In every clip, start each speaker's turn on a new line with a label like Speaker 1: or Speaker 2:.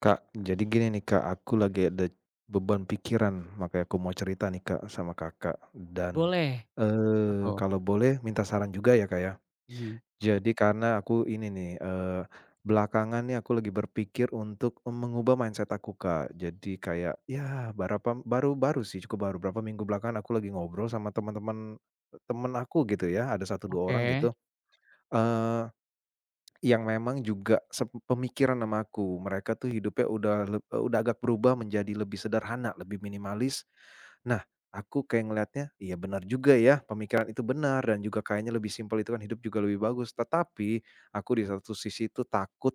Speaker 1: Kak, jadi gini nih Kak, aku lagi ada beban pikiran, makanya aku mau cerita nih Kak sama Kakak dan,
Speaker 2: Boleh, apa tuh?
Speaker 1: kalau boleh minta saran juga ya Kak ya.
Speaker 2: Mhm.
Speaker 1: Jadi karena aku ini nih, belakangan nih aku lagi berpikir untuk mengubah mindset aku Kak. Jadi kayak ya berapa baru baru sih cukup baru, berapa minggu belakangan aku lagi ngobrol sama teman-teman aku gitu ya, ada satu 2 orang
Speaker 2: Oke.
Speaker 1: gitu, eee yang memang juga pemikiran sama aku. Mereka tuh hidupnya udah agak berubah menjadi lebih sederhana, lebih minimalis. Nah, aku kayak ngelihatnya, iya benar juga ya, pemikiran itu benar dan juga kayaknya lebih simpel itu kan hidup juga lebih bagus. Tetapi aku di satu sisi itu takut,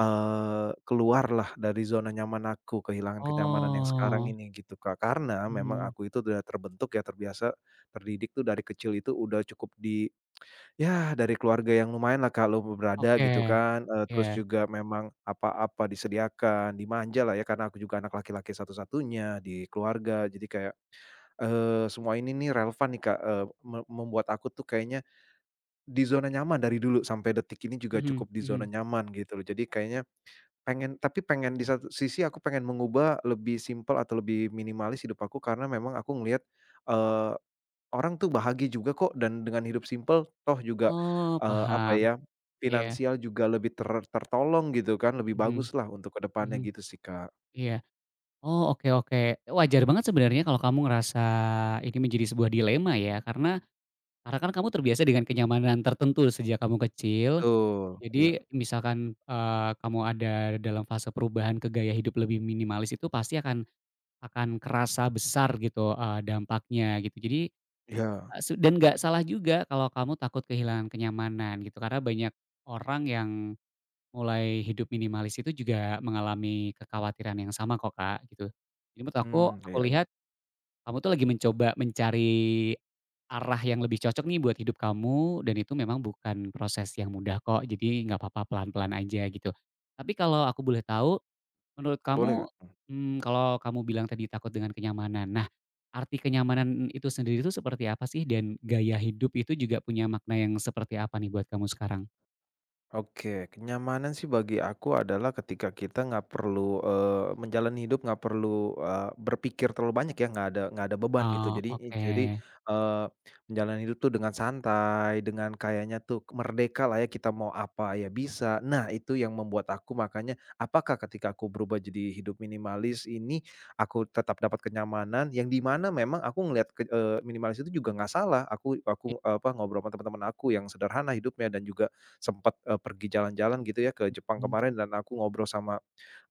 Speaker 1: keluarlah dari zona nyaman aku, kehilangan kenyamanan yang sekarang
Speaker 2: Oh,
Speaker 1: ini gitu, Kak. Karena memang
Speaker 2: mhm,
Speaker 1: aku itu udah terbentuk ya, terbiasa terdidik tuh dari kecil itu udah cukup di. Ya, dari keluarga yang lumayanlah Kak, berada
Speaker 2: oke,
Speaker 1: gitu kan, terus
Speaker 2: iya.
Speaker 1: juga memang apa-apa disediakan, dimanja lah ya karena aku juga anak laki-laki satu-satunya di keluarga. Jadi kayak, semua ini nih relevan nih Kak, membuat aku tuh kayaknya di zona nyaman dari dulu sampai detik ini juga
Speaker 2: Mhm,
Speaker 1: cukup di zona
Speaker 2: mhm.
Speaker 1: nyaman gitu loh. Jadi kayaknya pengen tapi pengen di satu sisi aku pengen mengubah lebih simpel atau lebih minimalis hidup aku karena memang aku ngelihat, eee Orang tuh bahagia juga kok dan dengan hidup simpel toh juga,
Speaker 2: Oh,
Speaker 1: apa
Speaker 2: paham,
Speaker 1: ya,
Speaker 2: iya,
Speaker 1: finansial juga lebih tertolong gitu kan, lebih
Speaker 2: mhm,
Speaker 1: baguslah untuk ke depannya
Speaker 2: mhm,
Speaker 1: gitu sih, Kak.
Speaker 2: iya. Oh, oke, oke. Wajar banget sebenarnya kalau kamu ngerasa ini menjadi sebuah dilema ya, karena kan kamu terbiasa dengan kenyamanan tertentu sejak kamu kecil,
Speaker 1: Betul, iya
Speaker 2: jadi misalkan, kamu ada dalam fase perubahan ke gaya hidup lebih minimalis itu pasti akan kerasa besar gitu, dampaknya gitu. Jadi
Speaker 1: iya,
Speaker 2: Eee, su dan nggak salah juga kalau kamu takut kehilangan kenyamanan gitu, karena banyak orang yang mulai hidup minimalis itu juga mengalami kekhawatiran yang sama kok, Kak, gitu. Jadi menurut
Speaker 1: mmm,
Speaker 2: aku
Speaker 1: iya iya,
Speaker 2: lihat kamu tuh lagi mencoba mencari arah yang lebih cocok nih buat hidup kamu dan itu memang bukan proses yang mudah kok, jadi nggak apa-apa pelan-pelan aja gitu. Tapi kalau aku boleh tahu. Menurut kamu,
Speaker 1: boleh, Kak.
Speaker 2: kalau kamu bilang tadi takut dengan kenyamanan. Nah, arti kenyamanan itu sendiri itu seperti apa sih? Dan gaya hidup itu juga punya makna yang seperti apa nih buat kamu sekarang?
Speaker 1: Oke, kenyamanan sih bagi aku adalah ketika kita nggak perlu, menjalani hidup nggak perlu, berpikir terlalu banyak ya, nggak ada beban gitu.
Speaker 2: Oh,
Speaker 1: Jadi i
Speaker 2: oke.
Speaker 1: jadi, eee, menjalani hidup tuh dengan santai, dengan kayaknya tuh merdeka lah ya, kita mau apa ya bisa. Nah, itu yang membuat aku makanya, apakah ketika aku berubah jadi hidup minimalis ini, aku tetap dapat kenyamanan yang di mana memang aku ngelihat ke minimalis itu juga nggak salah. Aku
Speaker 2: I
Speaker 1: aku, apa, ngobrol sama teman-teman aku yang sederhana hidupnya dan juga sempat, pergi jalan-jalan gitu ya ke Jepang
Speaker 2: mhm,
Speaker 1: kemarin dan aku ngobrol sama,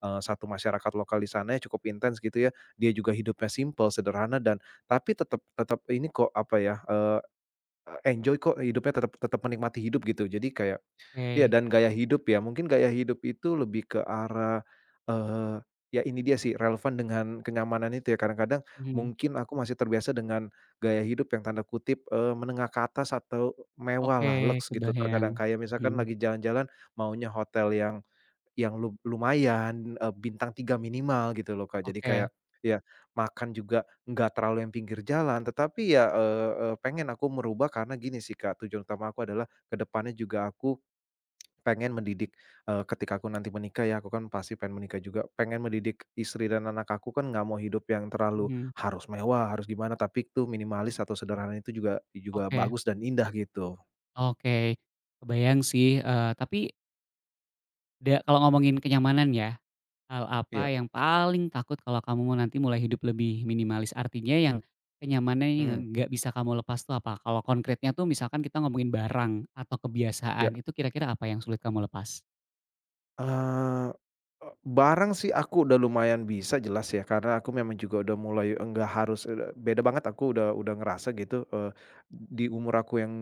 Speaker 1: satu masyarakat lokal di sana ya cukup intens gitu ya. Dia juga hidupnya simple sederhana dan tapi tetap tetap ini kok, apa ya, enjoy kok hidupnya tetap tetap menikmati hidup gitu. Jadi kayak, iya
Speaker 2: oke.
Speaker 1: dan gaya hidup ya, mungkin gaya hidup itu lebih ke arah, eee, ya ini dia sih relevan dengan kenyamanan itu ya, kadang-kadang
Speaker 2: Mhm.
Speaker 1: mungkin aku masih terbiasa dengan gaya hidup yang tanda kutip, "menengah ke atas" atau mewah
Speaker 2: Oke,
Speaker 1: lah lux gitu
Speaker 2: kebayang.
Speaker 1: terkadang. Kayak misalkan
Speaker 2: Mhm.
Speaker 1: lagi jalan-jalan maunya hotel yang lumayan, bintang 3 minimal gitu loh, Kak. Jadi
Speaker 2: Oke.
Speaker 1: kayak ya makan juga nggak terlalu yang pinggir jalan, tetapi ya, eee eee, pengen aku merubah karena gini sih, Kak, tujuan utama aku adalah kedepannya juga aku pengen mendidik, ketika aku nanti menikah ya, aku kan pasti pengen menikah juga, pengen mendidik istri dan anak aku kan nggak mau hidup yang terlalu
Speaker 2: Mhm.
Speaker 1: harus mewah, harus gimana, tapi itu minimalis atau sederhana itu juga juga
Speaker 2: Oke.
Speaker 1: bagus dan indah gitu.
Speaker 2: Oke. Kebayang sih, tapi kalau ngomongin kenyamanan ya, hal
Speaker 1: Iya,
Speaker 2: apa yang paling takut kalau kamu mau nanti mulai hidup lebih minimalis? Artinya yang kenyamanannya yang
Speaker 1: mhm,
Speaker 2: nggak bisa kamu lepas tuh apa? Kalau konkretnya tuh misalkan kita ngomongin barang atau
Speaker 1: iya.
Speaker 2: kebiasaan, itu kira-kira apa yang sulit kamu lepas?
Speaker 1: Eee, e Barang sih aku udah lumayan bisa jelas ya, karena aku memang juga udah mulai enggak harus beda banget aku udah ngerasa gitu, di umur aku yang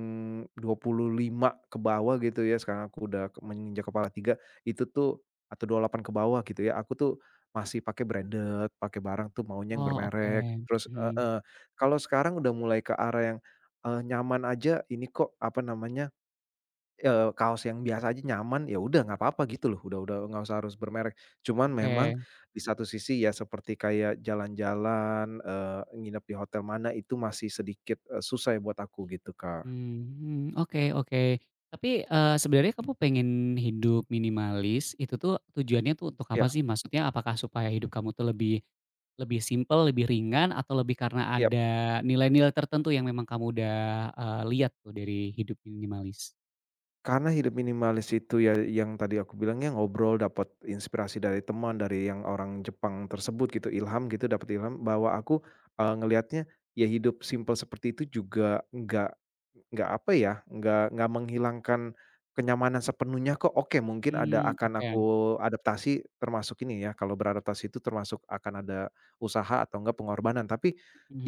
Speaker 1: 25 ke bawah gitu ya, sekarang aku udah ke menginjak kepala 3 itu tuh atau 28 ke bawah gitu ya, aku tuh masih pakai branded, pakai barang tuh maunya yang
Speaker 2: Oh,
Speaker 1: bermerek,
Speaker 2: oke.
Speaker 1: terus
Speaker 2: Mhm,
Speaker 1: heeh, kalau sekarang udah mulai ke arah yang, nyaman aja ini kok, apa namanya, kaos yang biasa aja nyaman, ya udah nggak apa-apa gitu loh, udah nggak usah harus bermerek. Cuman memang
Speaker 2: oke.
Speaker 1: di satu sisi ya seperti kayak jalan-jalan, nginep di hotel mana itu masih sedikit, susah ya buat aku gitu, Kak.
Speaker 2: Mmm, oke, oke. Tapi, sebenarnya kamu pengen hidup minimalis, itu tuh tujuannya tuh untuk
Speaker 1: Iya
Speaker 2: apa sih? Maksudnya apakah supaya hidup kamu tuh lebih lebih simpel, lebih ringan, atau lebih karena
Speaker 1: iya,
Speaker 2: ada nilai-nilai tertentu yang memang kamu udah, lihat tuh dari hidup minimalis?
Speaker 1: karena hidup minimalis itu ya yang tadi aku bilangnya ngobrol, dapat inspirasi dari teman, dari yang orang Jepang tersebut gitu, ilham gitu, dapat ilham bahwa aku, ngelihatnya ya hidup simpel seperti itu juga nggak apa ya, nggak menghilangkan kenyamanan sepenuhnya kok. Oke, mungkin ada
Speaker 2: Mmm,
Speaker 1: akan
Speaker 2: oke.
Speaker 1: aku adaptasi termasuk ini ya, kalau beradaptasi itu termasuk akan ada usaha atau enggak pengorbanan. Tapi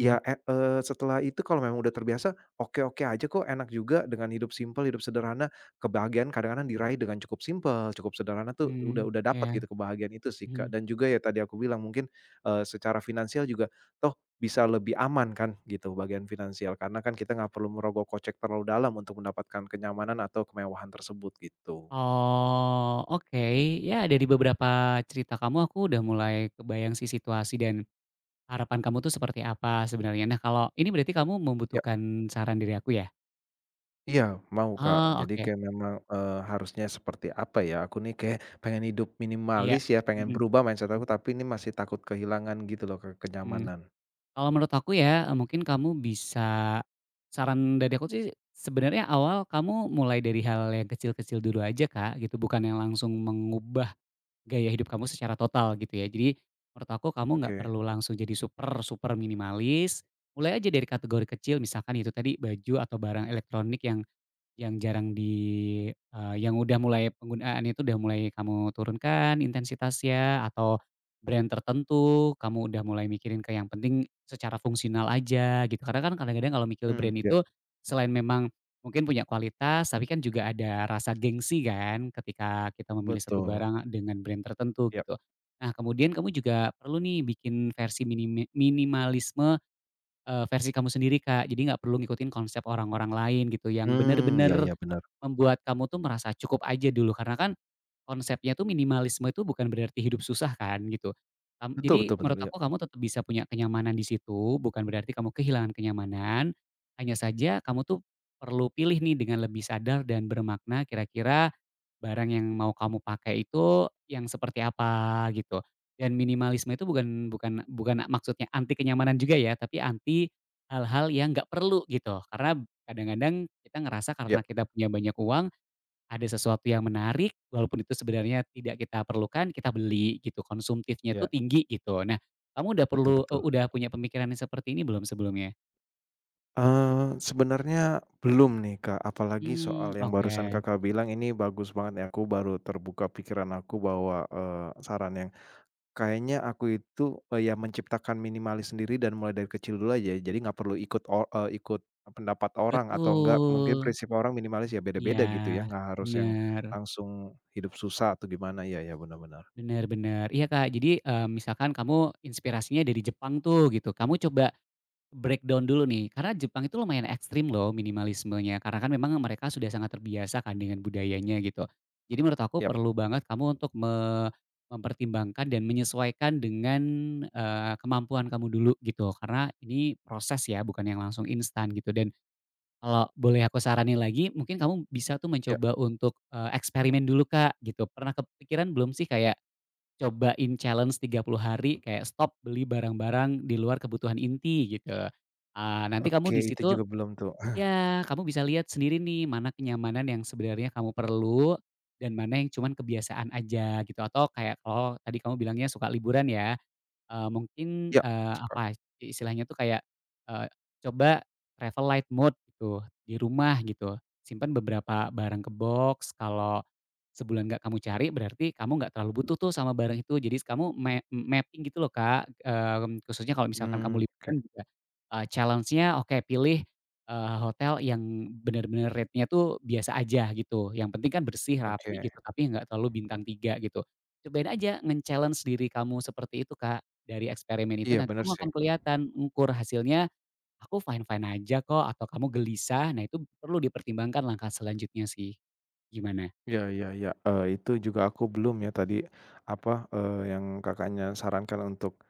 Speaker 1: ya, setelah itu kalau memang udah terbiasa, oke-oke aja kok, enak juga dengan hidup simpel, hidup sederhana. Kebahagiaan kadang-kadang diraih dengan cukup simpel, cukup sederhana tuh
Speaker 2: mmm,
Speaker 1: udah dapat
Speaker 2: iya,
Speaker 1: gitu kebahagiaan itu sih,
Speaker 2: mhm.
Speaker 1: Kak. Dan juga ya tadi aku bilang mungkin, secara finansial juga, toh bisa lebih aman kan gitu bagian finansial, karena kan kita nggak perlu merogoh kocek terlalu dalam untuk mendapatkan kenyamanan atau kemewahan tersebut gitu.
Speaker 2: Oh, oke. Ya dari beberapa cerita kamu aku udah mulai kebayang sih situasi dan harapan kamu tuh seperti apa sebenarnya? Nah, kalau ini berarti kamu
Speaker 1: Ya
Speaker 2: membutuhkan saran dari aku ya?
Speaker 1: iya mau Kak,
Speaker 2: Oh,
Speaker 1: jadi
Speaker 2: oke,
Speaker 1: kayak memang, harusnya seperti apa ya, aku nih kayak pengen hidup
Speaker 2: iya,
Speaker 1: minimalis ya, pengen
Speaker 2: mhm,
Speaker 1: berubah mindset
Speaker 2: mhm,
Speaker 1: aku, tapi ini masih takut kehilangan gitu loh ke
Speaker 2: mhm.
Speaker 1: kenyamanan.
Speaker 2: Kalau menurut aku ya, mungkin kamu bisa, saran dari aku sih, sebenarnya awal kamu mulai dari hal yang kecil-kecil dulu aja, Kak, gitu. Bukan yang langsung mengubah gaya hidup kamu secara total gitu ya. Jadi menurut aku kamu nggak
Speaker 1: Oke,
Speaker 2: perlu langsung jadi super super minimalis, mulai aja dari kategori kecil misalkan itu tadi baju atau barang elektronik yang jarang yang udah mulai penggunaan itu udah mulai kamu turunkan intensitasnya, atau brand tertentu, kamu udah mulai mikirin ke yang penting secara fungsional aja gitu. Karena kan kadang-kadang kalau mikir
Speaker 1: hmm
Speaker 2: brand
Speaker 1: ya
Speaker 2: itu selain memang mungkin punya kualitas, tapi kan juga ada rasa gengsi kan ketika kita memilih satu
Speaker 1: betul,
Speaker 2: barang dengan brand tertentu
Speaker 1: ya
Speaker 2: gitu. Nah, kemudian kamu juga perlu nih bikin versi minimalisme, versi kamu sendiri, Kak. Jadi nggak perlu ngikutin konsep orang-orang lain gitu yang
Speaker 1: hmm ya
Speaker 2: bener-bener
Speaker 1: ya benar
Speaker 2: membuat kamu tuh merasa cukup aja dulu, karena kan konsepnya tuh minimalisme itu bukan berarti hidup susah kan gitu. Mmm,
Speaker 1: betul
Speaker 2: jadi
Speaker 1: betul betul,
Speaker 2: menurut
Speaker 1: ya
Speaker 2: aku kamu tetap bisa punya kenyamanan di situ, bukan berarti kamu kehilangan kenyamanan, hanya saja kamu tuh perlu pilih nih dengan lebih sadar dan bermakna kira-kira barang yang mau kamu pakai itu yang seperti apa gitu. Dan minimalisme itu bukan bukan bukan maksudnya anti kenyamanan juga ya, tapi anti hal-hal yang nggak perlu gitu. Karena kadang-kadang kita ngerasa
Speaker 1: ya
Speaker 2: karena kita punya banyak uang, ada sesuatu yang menarik walaupun itu sebenarnya tidak kita perlukan, kita beli gitu, konsumtifnya itu
Speaker 1: ya
Speaker 2: tinggi gitu. Nah, kamu udah
Speaker 1: betul
Speaker 2: perlu,
Speaker 1: betul.
Speaker 2: udah punya pemikiran yang seperti ini belum sebelumnya?
Speaker 1: Sebenarnya belum nih, Kak, apalagi
Speaker 2: Hmm,
Speaker 1: soal yang
Speaker 2: oke.
Speaker 1: barusan Kakak bilang ini bagus banget nih, aku baru terbuka pikiran aku bahwa, saran yang kayaknya aku itu, ya menciptakan minimalis sendiri dan mulai dari kecil dulu aja, jadi nggak perlu ikut pendapat orang atau enggak mungkin
Speaker 2: Betul.
Speaker 1: prinsip orang minimalis ya
Speaker 2: Iya,
Speaker 1: beda-beda gitu ya, nggak harus yang
Speaker 2: bener.
Speaker 1: langsung hidup susah atau gimana, iya iya benar benar.
Speaker 2: Bener, bener. Iya, Kak. Jadi, misalkan kamu inspirasinya dari Jepang tuh gitu, kamu coba breakdown dulu nih, karena Jepang itu lumayan ekstrim loh minimalismenya, karena kan memang mereka sudah sangat terbiasa kan dengan budayanya gitu. Jadi menurut aku
Speaker 1: Yap,
Speaker 2: perlu banget kamu untuk mempertimbangkan dan menyesuaikan dengan, kemampuan kamu dulu gitu, karena ini proses ya, bukan yang langsung instan gitu. Dan kalau boleh aku saranin lagi, mungkin kamu bisa tuh
Speaker 1: ya,
Speaker 2: mencoba untuk, eksperimen dulu, Kak, gitu. Pernah kepikiran belum sih kayak cobain challenge 30 hari kayak stop beli barang-barang di luar kebutuhan inti gitu. Ah, nanti kamu
Speaker 1: oke
Speaker 2: di
Speaker 1: itu
Speaker 2: situ
Speaker 1: juga belum tuh.
Speaker 2: ya kamu bisa lihat sendiri nih mana kenyamanan yang sebenarnya kamu perlu dan mana yang cuman kebiasaan aja gitu, atau kayak oh tadi kamu bilangnya suka liburan ya? Mungkin,
Speaker 1: Ya, suka.
Speaker 2: apa, istilahnya tuh kayak, eee, coba travel light mode gitu, di rumah gitu. Simpan beberapa barang ke box, kalau sebulan nggak kamu cari berarti kamu nggak terlalu butuh tuh sama barang itu. Jadi kamu mapping gitu loh, Kak, khususnya kalau misalkan
Speaker 1: Mmm,
Speaker 2: kamu
Speaker 1: oke
Speaker 2: liburan juga, challenge-nya oke, pilih, hotel yang bener-bener rate-nya tuh biasa aja gitu, yang penting kan bersih, rapi gitu,
Speaker 1: oke.
Speaker 2: tapi nggak terlalu bintang 3 gitu. Cobain aja nge-challenge diri kamu seperti itu, Kak. Dari eksperimen itu
Speaker 1: Iya
Speaker 2: nanti
Speaker 1: bener
Speaker 2: kamu
Speaker 1: sih.
Speaker 2: akan kelihatan ngukur hasilnya, "Aku fine-fine aja kok," atau "Kamu gelisah." Nah, itu perlu dipertimbangkan langkah selanjutnya sih. Gimana?
Speaker 1: Ya, ya, ya. Itu juga aku belum ya tadi, apa, yang Kakaknya sarankan untuk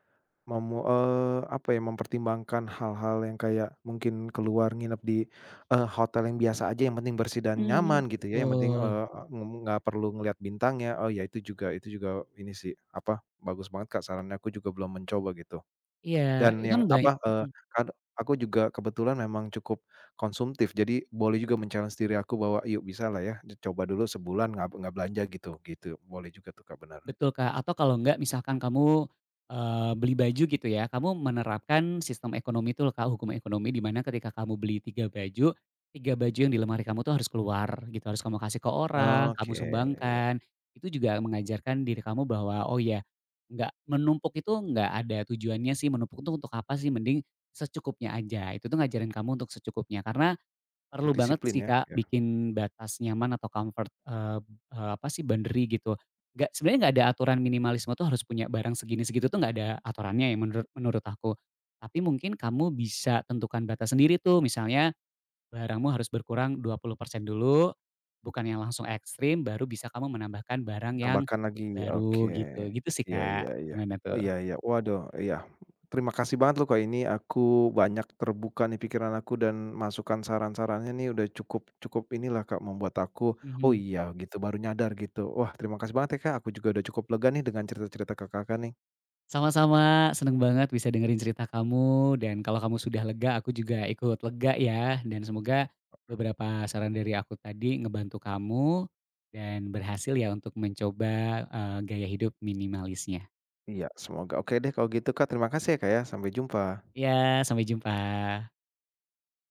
Speaker 1: apa ya, mempertimbangkan hal-hal yang kayak mungkin keluar nginep di, hotel yang biasa aja yang penting bersih dan nyaman
Speaker 2: Mhm.
Speaker 1: gitu ya, yang penting,
Speaker 2: Betul.
Speaker 1: nggak perlu ngelihat bintangnya. Oh ya itu juga ini sih, apa, bagus banget Kak sarannya, aku juga belum mencoba gitu.
Speaker 2: Iya,
Speaker 1: Dan
Speaker 2: itu
Speaker 1: yang
Speaker 2: kan
Speaker 1: apa, eee,
Speaker 2: mhm.
Speaker 1: kad aku juga kebetulan memang cukup konsumtif, jadi boleh juga men-challenge diri aku bahwa, "Yuk bisalah ya, coba dulu sebulan nggak belanja gitu," gitu. Boleh juga tuh Kak, benar?
Speaker 2: Betul, Kak, atau kalau enggak misalkan kamu, beli baju gitu ya, kamu menerapkan sistem ekonomi itu loh, Kak, hukum ekonomi di mana ketika kamu beli 3 baju yang di lemari kamu tuh harus keluar gitu, harus kamu kasih ke orang,
Speaker 1: Oke,
Speaker 2: kamu
Speaker 1: ya,
Speaker 2: sumbangkan. Itu juga mengajarkan diri kamu bahwa, oh ya, enggak menumpuk itu enggak ada tujuannya sih, menumpuk itu untuk apa sih, mending secukupnya aja. Itu tuh ngajarin kamu untuk secukupnya, karena
Speaker 1: itu
Speaker 2: perlu banget
Speaker 1: disiplin
Speaker 2: sih,
Speaker 1: ya.
Speaker 2: Kak, bikin batas nyaman atau comfort, eee eee, apa sih, boundary gitu. Nggak, sebenarnya nggak ada aturan minimalisme tuh harus punya barang segini segitu tuh nggak ada aturannya ya menurut menurut aku. Tapi mungkin kamu bisa tentukan batas sendiri tuh, misalnya barangmu harus berkurang 20% dulu, bukan yang langsung ekstrim, baru bisa kamu menambahkan barang yang
Speaker 1: Tambahkan lagi,
Speaker 2: baru
Speaker 1: oke.
Speaker 2: gitu, gitu sih,
Speaker 1: Iya
Speaker 2: Kak.
Speaker 1: iya iya.
Speaker 2: Gimana
Speaker 1: Oh,
Speaker 2: tuh?
Speaker 1: iya iya. Waduh, iya. Terima kasih banget loh Kak, ini aku banyak terbuka nih pikiran aku dan masukan saran-sarannya nih udah cukup cukup inilah Kak, membuat aku, "Oh
Speaker 2: Mhm.
Speaker 1: iya," gitu, baru nyadar gitu. Wah, terima kasih banget ya Kak, aku juga udah cukup lega nih dengan cerita-cerita Kakak nih.
Speaker 2: Sama-sama, seneng banget bisa dengerin cerita kamu dan kalau kamu sudah lega, aku juga ikut lega ya, dan semoga beberapa saran dari aku tadi ngebantu kamu dan berhasil ya untuk mencoba, gaya hidup minimalisnya.
Speaker 1: Iya, semoga oke deh kalau gitu Kak, terima kasih ya Kak ya, sampai jumpa.
Speaker 2: Ya sampai jumpa.